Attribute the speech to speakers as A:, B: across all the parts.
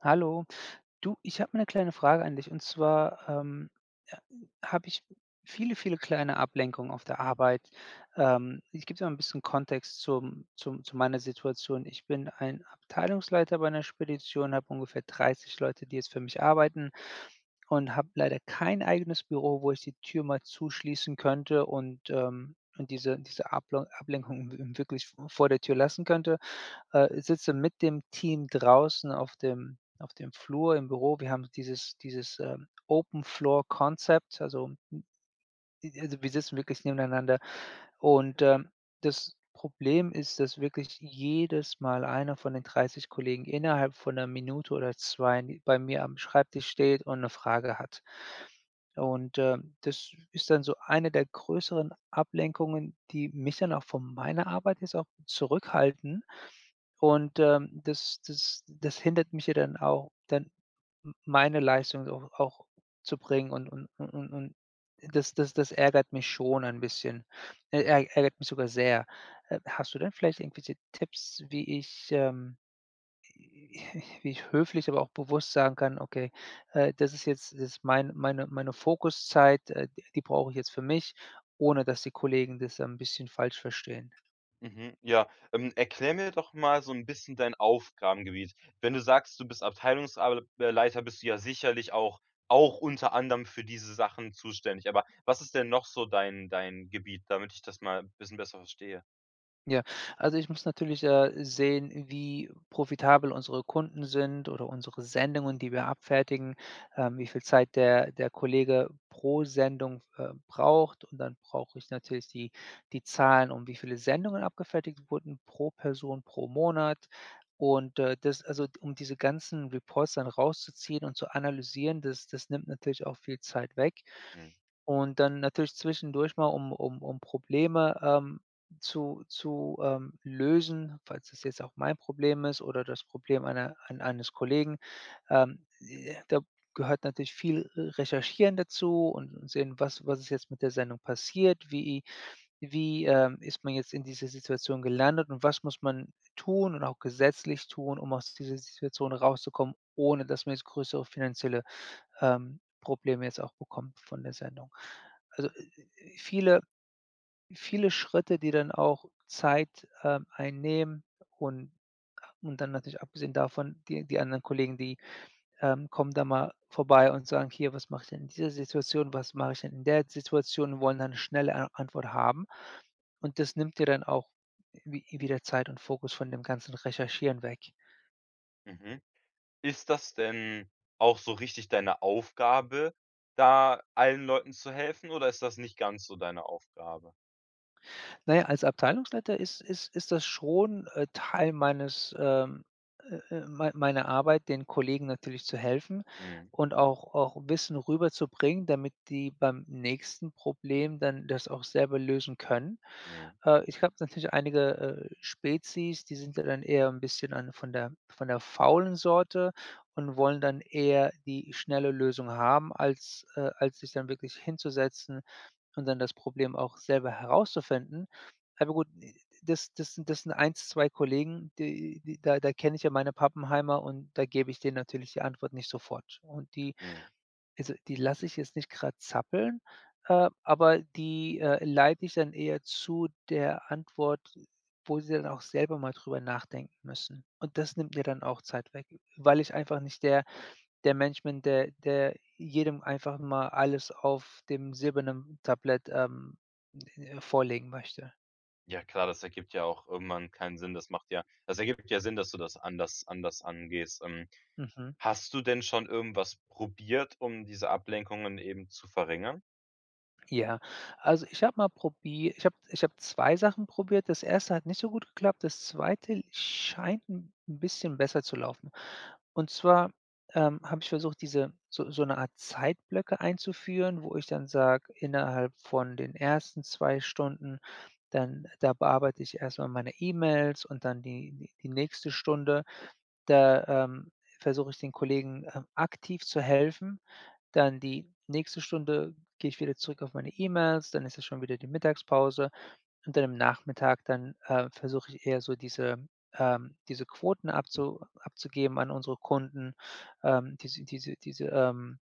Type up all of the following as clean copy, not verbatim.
A: Hallo. Du, ich habe mal eine kleine Frage an dich und zwar, äh, habe ich viele, viele kleine Ablenkungen auf der Arbeit. Ich gebe dir mal ein bisschen Kontext zum zum zu meiner Situation. Ich bin ein Abteilungsleiter bei einer Spedition, habe ungefähr 30 Leute, die jetzt für mich arbeiten und habe leider kein eigenes Büro, wo ich die Tür mal zuschließen könnte und diese Ablenkung wirklich vor der Tür lassen könnte. Sitze mit dem Team draußen auf dem Flur im Büro. Wir haben dieses Open Floor Concept, also wir sitzen wirklich nebeneinander und, das Problem ist, dass wirklich jedes Mal einer von den 30 Kollegen innerhalb von einer Minute oder 2 n bei mir am Schreibtisch steht und eine Frage hat. Und, das ist dann so eine der größeren Ablenkungen, die mich dann auch von meiner Arbeit jetzt auch zurückhalten. Und, das hindert mich ja dann auch, dann meine Leistung auch zu bringen und das ärgert mich schon ein bisschen. Äh,
B: Mhm,
A: ärg ärgert mich sogar sehr. Hast du denn vielleicht irgendwelche Tipps, wie ich, wie ich höflich, aber auch bewusst sagen kann: „Okay, das ist meine Fokuszeit, die brauche ich jetzt für mich", ohne dass die Kollegen das ein bisschen falsch verstehen?
B: mhm, ja. Erklär mir doch mal so ein bisschen dein Aufgabengebiet. Wenn du sagst, du bist Abteilungsleiter, bist du ja sicherlich auch unter anderem für diese Sachen zuständig. Aber was ist denn noch so dein Gebiet, damit ich das mal ein bisschen besser verstehe?
A: Ja, also ich muss natürlich sehen, wie profitabel unsere Kunden sind oder unsere Sendungen, die wir abfertigen, wie viel Zeit der Kollege pro Sendung braucht. Und dann brauche ich natürlich die Zahlen, um wie viele Sendungen abgefertigt wurden pro Person pro Monat. Und also um diese ganzen Reports dann rauszuziehen und zu analysieren, das nimmt natürlich auch viel Zeit weg.
B: Mhm,
A: Und dann natürlich zwischendurch mal, um Probleme, zu lösen, falls das jetzt auch mein Problem ist oder das Problem einer ein eines Kollegen, da gehört natürlich viel Recherchieren dazu und sehen, was ist jetzt mit der Sendung passiert, wie ist man jetzt in dieser Situation gelandet und was muss man tun und auch gesetzlich tun, um aus dieser Situation rauszukommen, ohne dass man jetzt größere finanzielle Probleme jetzt auch bekommt von der Sendung. Also, viele viele Schritte, die dann auch Zeit, einnehmen. Und und dann natürlich abgesehen davon, die anderen Kollegen, die kommen da mal vorbei und sagen: „Hier, was mache ich denn in dieser Situation? Was mache ich denn in der Situation?" und wollen dann 'ne schnelle A Antwort haben. Und das nimmt dir dann auch wi wieder Zeit und Fokus von dem ganzen Recherchieren weg.
B: mhm. Ist das denn auch so richtig deine Aufgabe, da allen Leuten zu helfen oder ist das nicht ganz so deine Aufgabe?
A: Naja, als Abteilungsleiter ist das schon, Teil meines, mei meiner Arbeit, den Kollegen natürlich zu helfen
B: Mhm,
A: und auch Wissen rüberzubringen, damit die beim nächsten Problem dann das auch selber lösen können.
B: mhm,
A: Ich habe natürlich einige, Spezies, die sind ja dann eher ein bisschen an von der faulen Sorte und wollen dann eher die schnelle Lösung haben, als sich dann wirklich hinzusetzen und dann das Problem auch selber herauszufinden. Aber gut, das sind 1, 2 Kollegen, die da kenne ich ja meine Pappenheimer und da gebe ich denen natürlich die Antwort nicht sofort. Und die
B: mhm.
A: also, die lasse ich jetzt nicht gerade zappeln, aber die, leite ich dann eher zu der Antwort, wo sie dann auch selber mal drüber nachdenken müssen. Und das nimmt mir dann auch Zeit weg, weil ich einfach nicht der Mensch bin, der jedem einfach mal alles auf dem silbernen Tablett, vorlegen möchte.
B: Ja klar, das ergibt ja auch irgendwann keinen Sinn. Das ergibt ja Sinn, dass du das anders angehst.
A: Mhm.
B: Hast du denn schon irgendwas probiert, um diese Ablenkungen eben zu verringern?
A: Ja, also ich habe mal probiert ich habe 2 Sachen probiert. Das erste hat nicht so gut geklappt. Das zweite scheint ein 'n bisschen besser zu laufen. Und zwar, habe ich versucht, diese so so eine Art Zeitblöcke einzuführen, wo ich dann sage, innerhalb von den ersten 2 Stunden, dann da bearbeite ich erstmal meine E-Mails und dann die nächste Stunde da, versuche ich den Kollegen, aktiv zu helfen. Dann die nächste Stunde gehe ich wieder zurück auf meine E-Mails, dann ist es schon wieder die Mittagspause und dann im Nachmittag versuche ich eher so diese Quoten abzugeben an unsere Kunden, diese diese diese, ähm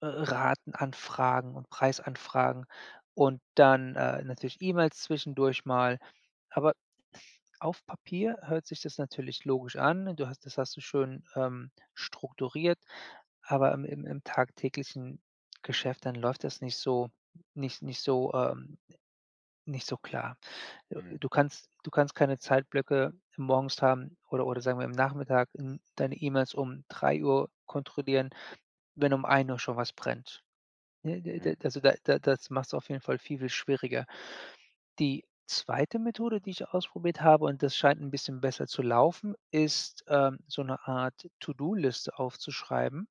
A: äh, Ratenanfragen und Preisanfragen und dann, natürlich E-Mails zwischendurch mal. Aber auf Papier hört sich das natürlich logisch an. Du hast das hast du schön, strukturiert, aber im tagtäglichen Geschäft, dann läuft das nicht nicht so, ähm nicht so klar. Äh,
B: Mhm,
A: du kannst keine Zeitblöcke morgens haben oder sagen wir im Nachmittag, deine E-Mails um 3 Uhr kontrollieren, wenn um 1 Uhr schon was brennt. Ne, d
B: mhm,
A: d also, da das macht es auf jeden Fall viel, viel schwieriger. Die zweite Methode, die ich ausprobiert habe, und das scheint ein bisschen besser zu laufen, ist, so eine Art To-do-Liste aufzuschreiben.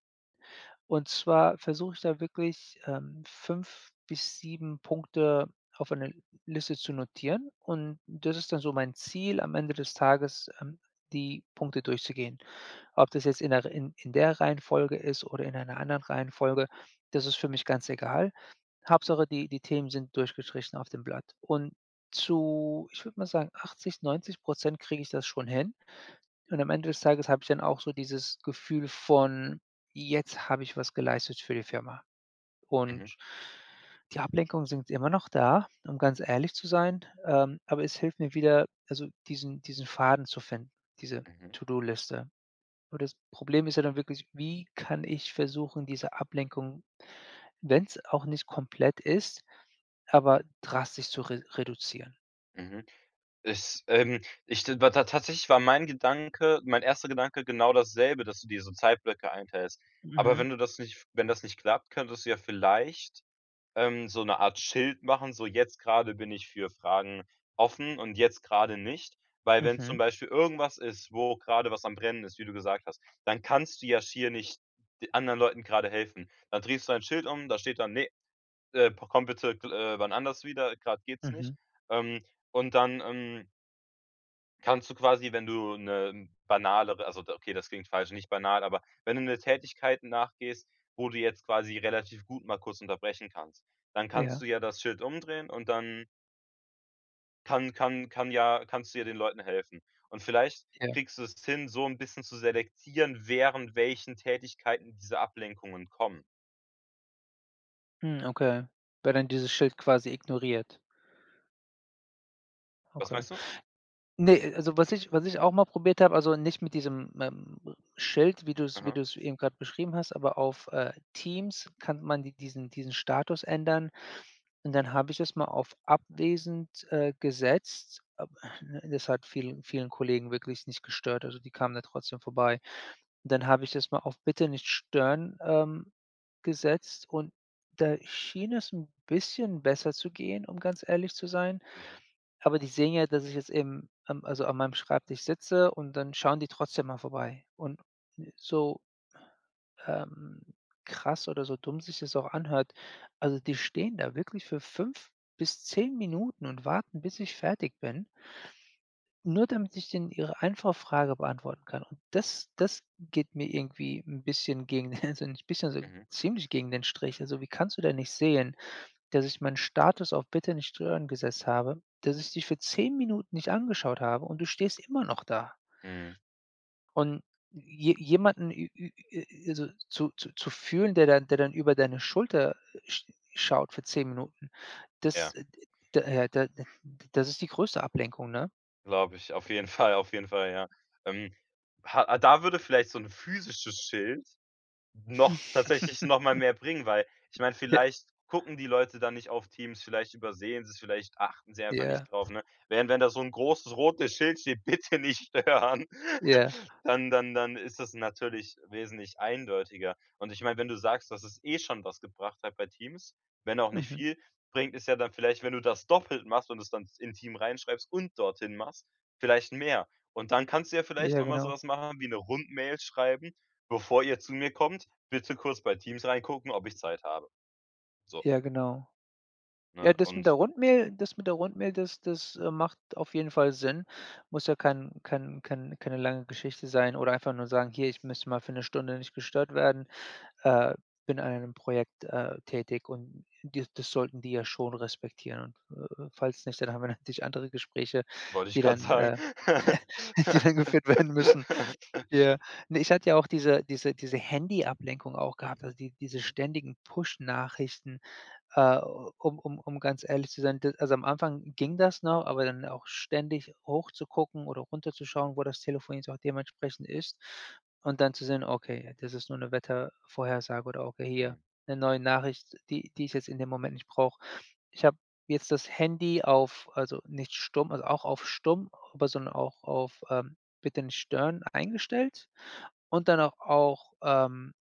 A: Und zwar versuche ich da wirklich, 5 bis 7 Punkte auf eine Liste zu notieren. Und das ist dann so mein Ziel am Ende des Tages, die Punkte durchzugehen. Ob das jetzt in der Reihenfolge ist oder in einer anderen Reihenfolge, das ist für mich ganz egal. Hauptsache, die Themen sind durchgestrichen auf dem Blatt. Und ich würde mal sagen, 80, 90 kriege ich das schon hin. Und am Ende des Tages habe ich dann auch so dieses Gefühl von: „Jetzt habe ich was geleistet für die Firma."
B: mhm,
A: Und die Ablenkungen sind immer noch da, um ganz ehrlich zu sein, aber es hilft mir wieder, also, diesen Faden zu finden, diese
B: mhm,
A: To-do-Liste. Und das Problem ist ja dann wirklich, wie kann ich versuchen, diese Ablenkung, wenn es auch nicht komplett ist, aber drastisch zu re reduzieren.
B: mhm. Ist, ich d war ta Tatsächlich war mein Gedanke mein erster Gedanke genau dasselbe, dass du dir so Zeitblöcke einteilst. Aber
A: Mhm,
B: wenn das nicht klappt, könntest du ja vielleicht so eine Art Schild machen, so: „Jetzt gerade bin ich für Fragen offen und jetzt gerade nicht.“ Weil wenn zum
A: mhm,
B: Beispiel irgendwas ist, wo gerade was am Brennen ist, wie du gesagt hast, dann kannst du ja schier nicht d anderen Leuten gerade helfen. Dann drehst du ein Schild um, da steht dann: „Ne, komm bitte, wann anders wieder, gerade geht's
A: mhm.
B: nicht.“ Ähm, und dann, ähm Kannst du quasi, wenn du 'ne banalere also, d okay, das klingt falsch, nicht banal, aber wenn du 'ne Tätigkeit nachgehst, wo du jetzt quasi relativ gut mal kurz unterbrechen kannst, dann kannst
A: Ja,
B: du ja das Schild umdrehen und dann kannst du ja den Leuten helfen. Und vielleicht
A: ja.
B: kriegst du es hin, so 'n bisschen zu selektieren, während welchen Tätigkeiten diese Ablenkungen kommen.
A: Hm, okay. Weil dann dieses Schild quasi ignoriert.
B: Was
A: Okay.
B: meinst du?
A: Ne, also was ich auch mal probiert habe, also nicht mit diesem, Schild, wie du's wie
B: Aha.
A: du's eben grad beschrieben hast, aber auf, Teams kann man diesen Status ändern. Und dann habe ich es mal auf abwesend, gesetzt. Ab ne, das hat vielen vielen Kollegen wirklich nicht gestört, also die kamen da trotzdem vorbei. Dann habe ich das mal auf „Bitte nicht stören", gesetzt und da schien es 'n bisschen besser zu gehen, um ganz ehrlich zu sein.
B: Mhm.
A: Aber die sehen ja, dass ich jetzt eben also an meinem Schreibtisch sitze und dann schauen die trotzdem mal vorbei. Und so, ähm, krass oder so dumm sich das auch anhört, also die stehen da wirklich für 5 bis 10 Minuten und warten, bis ich fertig bin, nur damit ich denen ihre einfache Frage beantworten kann. Und das geht mir irgendwie ein bisschen gegen also nicht ein bisschen, so
B: Mhm.
A: ziemlich gegen den Strich. Also, wie kannst du denn nicht sehen, dass ich meinen Status auf „Bitte nicht stören" gesetzt habe, dass ich dich für 10 Minuten nicht angeschaut habe und du stehst immer noch da.
B: Mhm.
A: Und je jemanden ü ü also, zu fühlen, der dann über deine Schulter, schaut für 10 Minuten, das,
B: Ja,
A: d da das ist die größte Ablenkung, ne?
B: glaube ich. Auf jeden Fall, auf jeden Fall, ja. Ähm, ha Da würde vielleicht so 'n physisches Schild noch tatsächlich noch mal mehr bringen, weil ich meine,
A: Ja,
B: vielleicht gucken die Leute dann nicht auf Teams, vielleicht übersehen sie es, vielleicht achten sie einfach
A: ja,
B: nicht drauf, ne? Während wenn da so 'n großes rotes Schild steht: „Bitte nicht stören“,
A: ja.
B: dann ist das natürlich wesentlich eindeutiger. Und ich meine, wenn du sagst, dass es eh schon was gebracht hat bei Teams, wenn auch nicht
A: Mhm.
B: viel, bringt es ja dann vielleicht, wenn du das doppelt machst und es dann in Team reinschreibst und dorthin machst, vielleicht mehr. Und dann kannst du ja vielleicht
A: Ja,
B: noch mal so
A: genau.
B: was machen wie 'ne Rundmail schreiben: „Bevor ihr zu mir kommt, bitte kurz bei Teams reingucken, ob ich Zeit habe. So,
A: Ja, genau. Ja,
B: ne? Und
A: Das mit der Rundmehl, das macht auf jeden Fall Sinn. Muss ja keine lange Geschichte sein oder einfach nur sagen: „Hier, ich müsste mal für eine Stunde nicht gestört werden, äh, bin an einem Projekt, tätig." Und die das sollten die ja schon respektieren und, falls nicht, dann haben wir natürlich andere Gespräche,
B: wollte ich
A: die
B: grad
A: dann
B: sagen.“
A: die dann geführt werden müssen. Ja. Ne, ich hatte ja auch diese Handyablenkung auch gehabt, also diese
B: Mhm,
A: ständigen Push-Nachrichten, um ganz ehrlich zu sein, d also, am Anfang ging das noch, aber dann auch ständig hochzugucken oder runterzuschauen, wo das Telefon jetzt auch dementsprechend ist und dann zu sehen: „Okay, das ist nur eine Wettervorhersage" oder „Okay,
B: mhm,
A: hier eine neue Nachricht, die ich jetzt in dem Moment nicht brauche." Ich habe jetzt das Handy auf, also, nicht stumm, also, auch auf stumm, aber sondern auch auf, „Bitte nicht stören" eingestellt und dann auch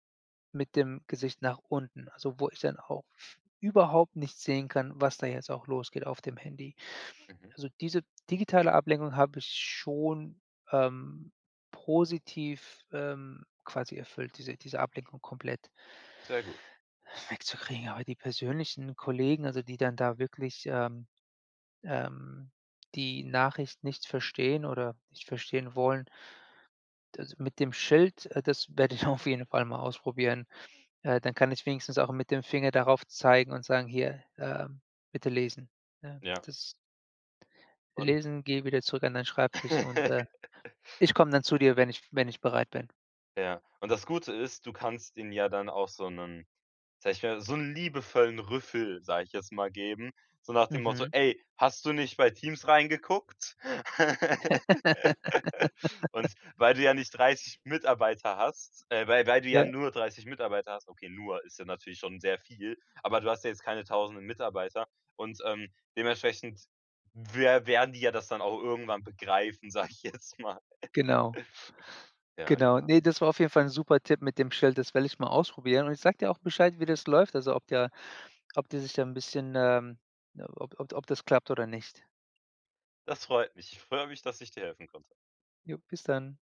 A: mit dem Gesicht nach unten, also wo ich dann auch überhaupt nicht sehen kann, was da jetzt auch losgeht auf dem Handy.
B: mhm.
A: Also, diese digitale Ablenkung habe ich schon, ähm, positiv, quasi erfüllt, diese Ablenkung komplett
B: Sehr gut.
A: wegzukriegen. Aber die persönlichen Kollegen, also die dann da wirklich, ähm, die Nachricht nicht verstehen oder nicht verstehen wollen, also mit dem Schild, das werde ich auf jeden Fall mal ausprobieren. Dann kann ich wenigstens auch mit dem Finger darauf zeigen und sagen: „Hier, bitte lesen." Ne?
B: Ja.
A: Das
B: Und
A: Lesen, geh wieder zurück an deinen Schreibtisch und, ich komme dann zu dir, wenn ich bereit bin.
B: ja. Und das Gute ist, du kannst ihnen ja dann auch so 'nen so 'n liebevollen Rüffel, sage ich jetzt mal, geben, so nach dem Motto:
A: Mhm.
B: „Ey, hast du nicht bei Teams reingeguckt?“ Und weil du ja nicht 30 Mitarbeiter hast äh, weil du ja
A: Ja,
B: nur 30 Mitarbeiter hast, okay, nur ist ja natürlich schon sehr viel, aber du hast ja jetzt keine tausenden Mitarbeiter und, dementsprechend werden die ja das dann auch irgendwann begreifen, sage ich jetzt mal.
A: genau,
B: Ja,
A: genau.
B: genau.
A: Ne, das war auf jeden Fall ein super Tipp mit dem Schild, das werde ich mal ausprobieren und ich sag dir auch Bescheid, wie das läuft, also ob die sich da ein bisschen, ob das klappt oder nicht.
B: Das freut mich. Ich freue mich, dass ich dir helfen konnte.
A: Jo, bis dann.